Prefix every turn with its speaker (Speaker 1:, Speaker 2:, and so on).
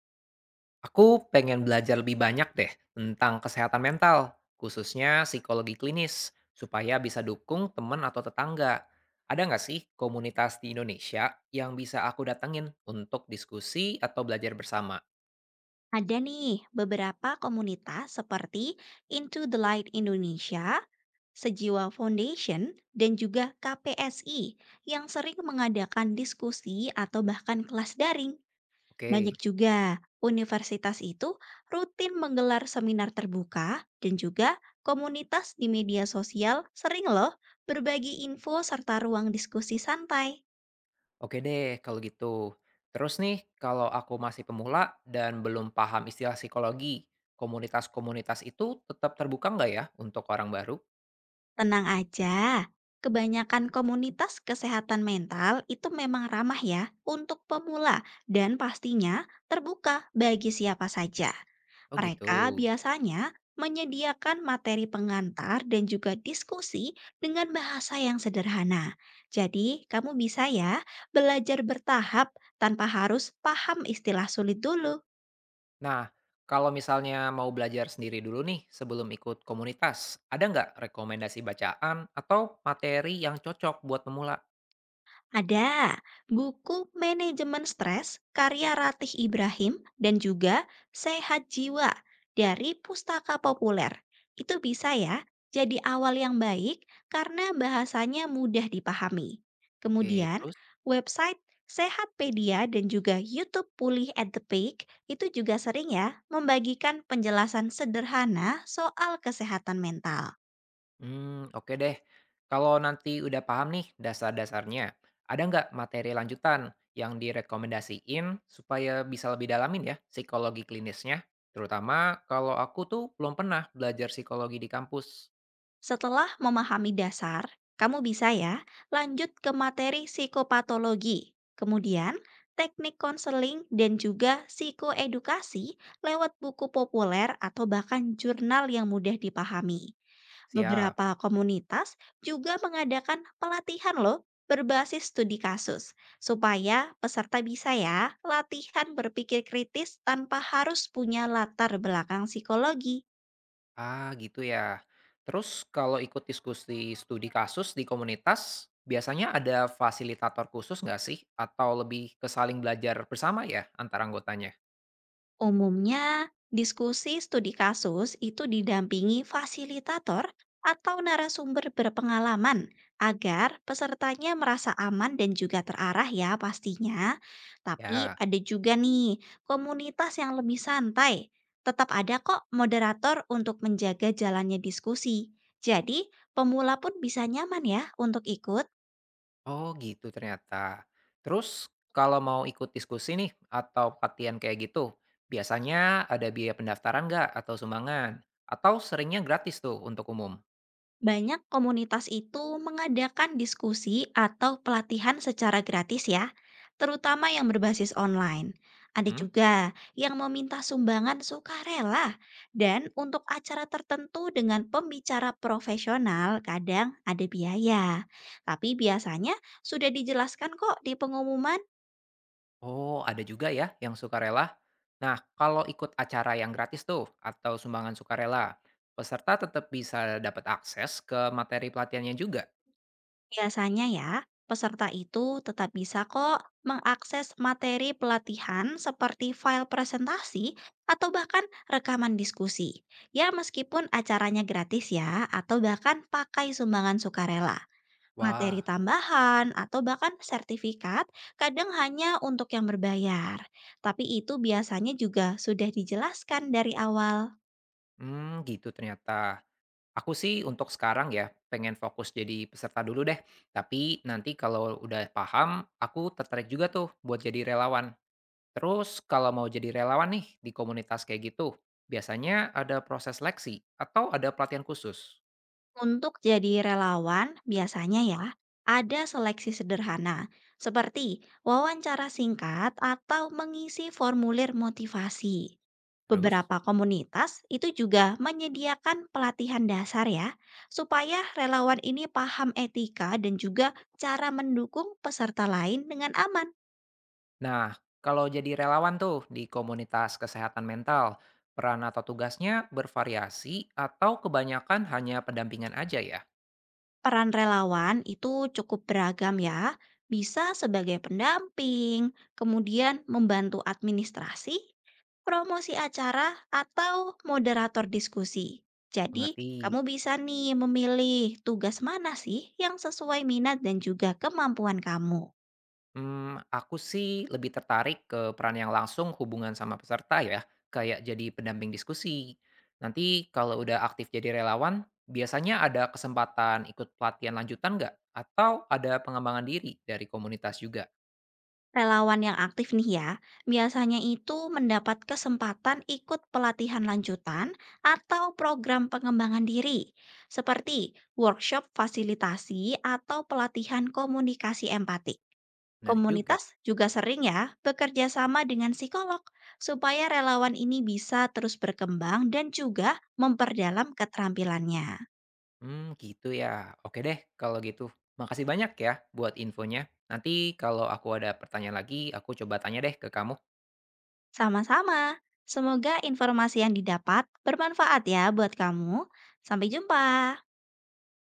Speaker 1: Aku pengen belajar lebih banyak deh tentang kesehatan mental, khususnya psikologi klinis, supaya bisa dukung teman atau tetangga. Ada nggak sih komunitas di Indonesia yang bisa aku datengin untuk diskusi atau belajar bersama?
Speaker 2: Ada nih beberapa komunitas seperti Into the Light Indonesia, Sejiwa Foundation, dan juga KPSI yang sering mengadakan diskusi atau bahkan kelas daring. Banyak
Speaker 1: Oke,
Speaker 2: juga universitas itu rutin menggelar seminar terbuka dan juga komunitas di media sosial sering loh berbagi info serta ruang diskusi santai.
Speaker 1: oke deh kalau gitu. Terus nih, kalau aku masih pemula dan belum paham istilah psikologi, komunitas-komunitas itu tetap terbuka nggak ya untuk orang baru?
Speaker 2: Tenang aja, kebanyakan komunitas kesehatan mental itu memang ramah ya untuk pemula dan pastinya terbuka bagi siapa saja.
Speaker 1: Oh gitu.
Speaker 2: Mereka biasanya menyediakan materi pengantar dan juga diskusi dengan bahasa yang sederhana. Jadi, kamu bisa ya belajar bertahap tanpa harus paham istilah sulit dulu.
Speaker 1: Nah, kalau misalnya mau belajar sendiri dulu nih sebelum ikut komunitas, ada nggak rekomendasi bacaan atau materi yang cocok buat pemula?
Speaker 2: Ada buku Manajemen Stres karya Ratih Ibrahim dan juga Sehat Jiwa dari Pustaka Populer. Itu bisa ya jadi awal yang baik karena bahasanya mudah dipahami.
Speaker 1: Oke,
Speaker 2: Kemudian,
Speaker 1: terus?
Speaker 2: website Sehatpedia dan juga YouTube Pulih at the Peak itu juga sering ya membagikan penjelasan sederhana soal kesehatan mental.
Speaker 1: Hmm, oke deh. Kalau nanti udah paham nih dasar-dasarnya, ada nggak materi lanjutan yang direkomendasiin supaya bisa lebih dalamin ya psikologi klinisnya? Terutama kalau aku tuh belum pernah belajar psikologi di kampus.
Speaker 2: Setelah memahami dasar, kamu bisa ya lanjut ke materi psikopatologi. Kemudian, teknik konseling dan juga psikoedukasi lewat buku populer atau bahkan jurnal yang mudah dipahami.
Speaker 1: Siap.
Speaker 2: Beberapa komunitas juga mengadakan pelatihan loh berbasis studi kasus supaya peserta bisa ya latihan berpikir kritis tanpa harus punya latar belakang psikologi.
Speaker 1: Ah, gitu ya. Terus kalau ikut diskusi studi kasus di komunitas, biasanya ada fasilitator khusus nggak sih? Atau lebih ke saling belajar bersama ya antara anggotanya?
Speaker 2: Umumnya, diskusi studi kasus itu didampingi fasilitator atau narasumber berpengalaman agar pesertanya merasa aman dan juga terarah ya pastinya. Tapi
Speaker 1: Ya,
Speaker 2: ada juga nih komunitas yang lebih santai. Tetap ada kok moderator untuk menjaga jalannya diskusi. Jadi, pemula pun bisa nyaman ya untuk ikut.
Speaker 1: oh gitu ternyata. Terus kalau mau ikut diskusi nih atau pelatihan kayak gitu, biasanya ada biaya pendaftaran nggak atau sumbangan? Atau seringnya gratis tuh untuk umum?
Speaker 2: Banyak komunitas itu mengadakan diskusi atau pelatihan secara gratis ya, terutama yang berbasis online. Ada juga yang meminta sumbangan sukarela dan untuk acara tertentu dengan pembicara profesional kadang ada biaya. Tapi biasanya sudah dijelaskan kok di pengumuman.
Speaker 1: Oh, ada juga ya yang sukarela. Nah, kalau ikut acara yang gratis tuh atau sumbangan sukarela, peserta tetap bisa dapat akses ke materi pelatihannya juga.
Speaker 2: Biasanya ya, peserta itu tetap bisa kok mengakses materi pelatihan seperti file presentasi atau bahkan rekaman diskusi. Ya meskipun acaranya gratis ya, atau bahkan pakai sumbangan sukarela. Materi
Speaker 1: Wah,
Speaker 2: tambahan atau bahkan sertifikat kadang hanya untuk yang berbayar. Tapi itu biasanya juga sudah dijelaskan dari awal.
Speaker 1: hmm, gitu ternyata. Aku sih untuk sekarang ya pengen fokus jadi peserta dulu deh. Tapi nanti kalau udah paham, aku tertarik juga tuh buat jadi relawan. Terus kalau mau jadi relawan nih di komunitas kayak gitu, biasanya ada proses seleksi atau ada pelatihan khusus.
Speaker 2: Untuk jadi relawan, biasanya ya, ada seleksi sederhana, seperti wawancara singkat atau mengisi formulir motivasi.
Speaker 1: Terus?
Speaker 2: Beberapa komunitas itu juga menyediakan pelatihan dasar ya, supaya relawan ini paham etika dan juga cara mendukung peserta lain dengan aman.
Speaker 1: Nah, kalau jadi relawan tuh di komunitas kesehatan mental, peran atau tugasnya bervariasi atau kebanyakan hanya pendampingan aja ya?
Speaker 2: Peran relawan itu cukup beragam ya, bisa sebagai pendamping, kemudian membantu administrasi, promosi acara, atau moderator diskusi. Jadi,
Speaker 1: Mengerti?
Speaker 2: kamu bisa nih memilih tugas mana sih yang sesuai minat dan juga kemampuan kamu.
Speaker 1: Hmm, aku sih lebih tertarik ke peran yang langsung hubungan sama peserta ya, kayak jadi pendamping diskusi. Nanti kalau udah aktif jadi relawan, biasanya ada kesempatan ikut pelatihan lanjutan nggak? Atau ada pengembangan diri dari komunitas juga?
Speaker 2: Relawan yang aktif nih ya, biasanya itu mendapat kesempatan ikut pelatihan lanjutan atau program pengembangan diri, seperti workshop fasilitasi atau pelatihan komunikasi empati.
Speaker 1: Menarik juga.
Speaker 2: Komunitas juga sering ya bekerja sama dengan psikolog supaya relawan ini bisa terus berkembang dan juga memperdalam keterampilannya.
Speaker 1: Hmm, gitu ya. Oke deh kalau gitu. Makasih banyak ya buat infonya. Nanti kalau aku ada pertanyaan lagi, aku coba tanya deh ke kamu.
Speaker 2: Sama-sama, semoga informasi yang didapat bermanfaat ya buat kamu. Sampai jumpa.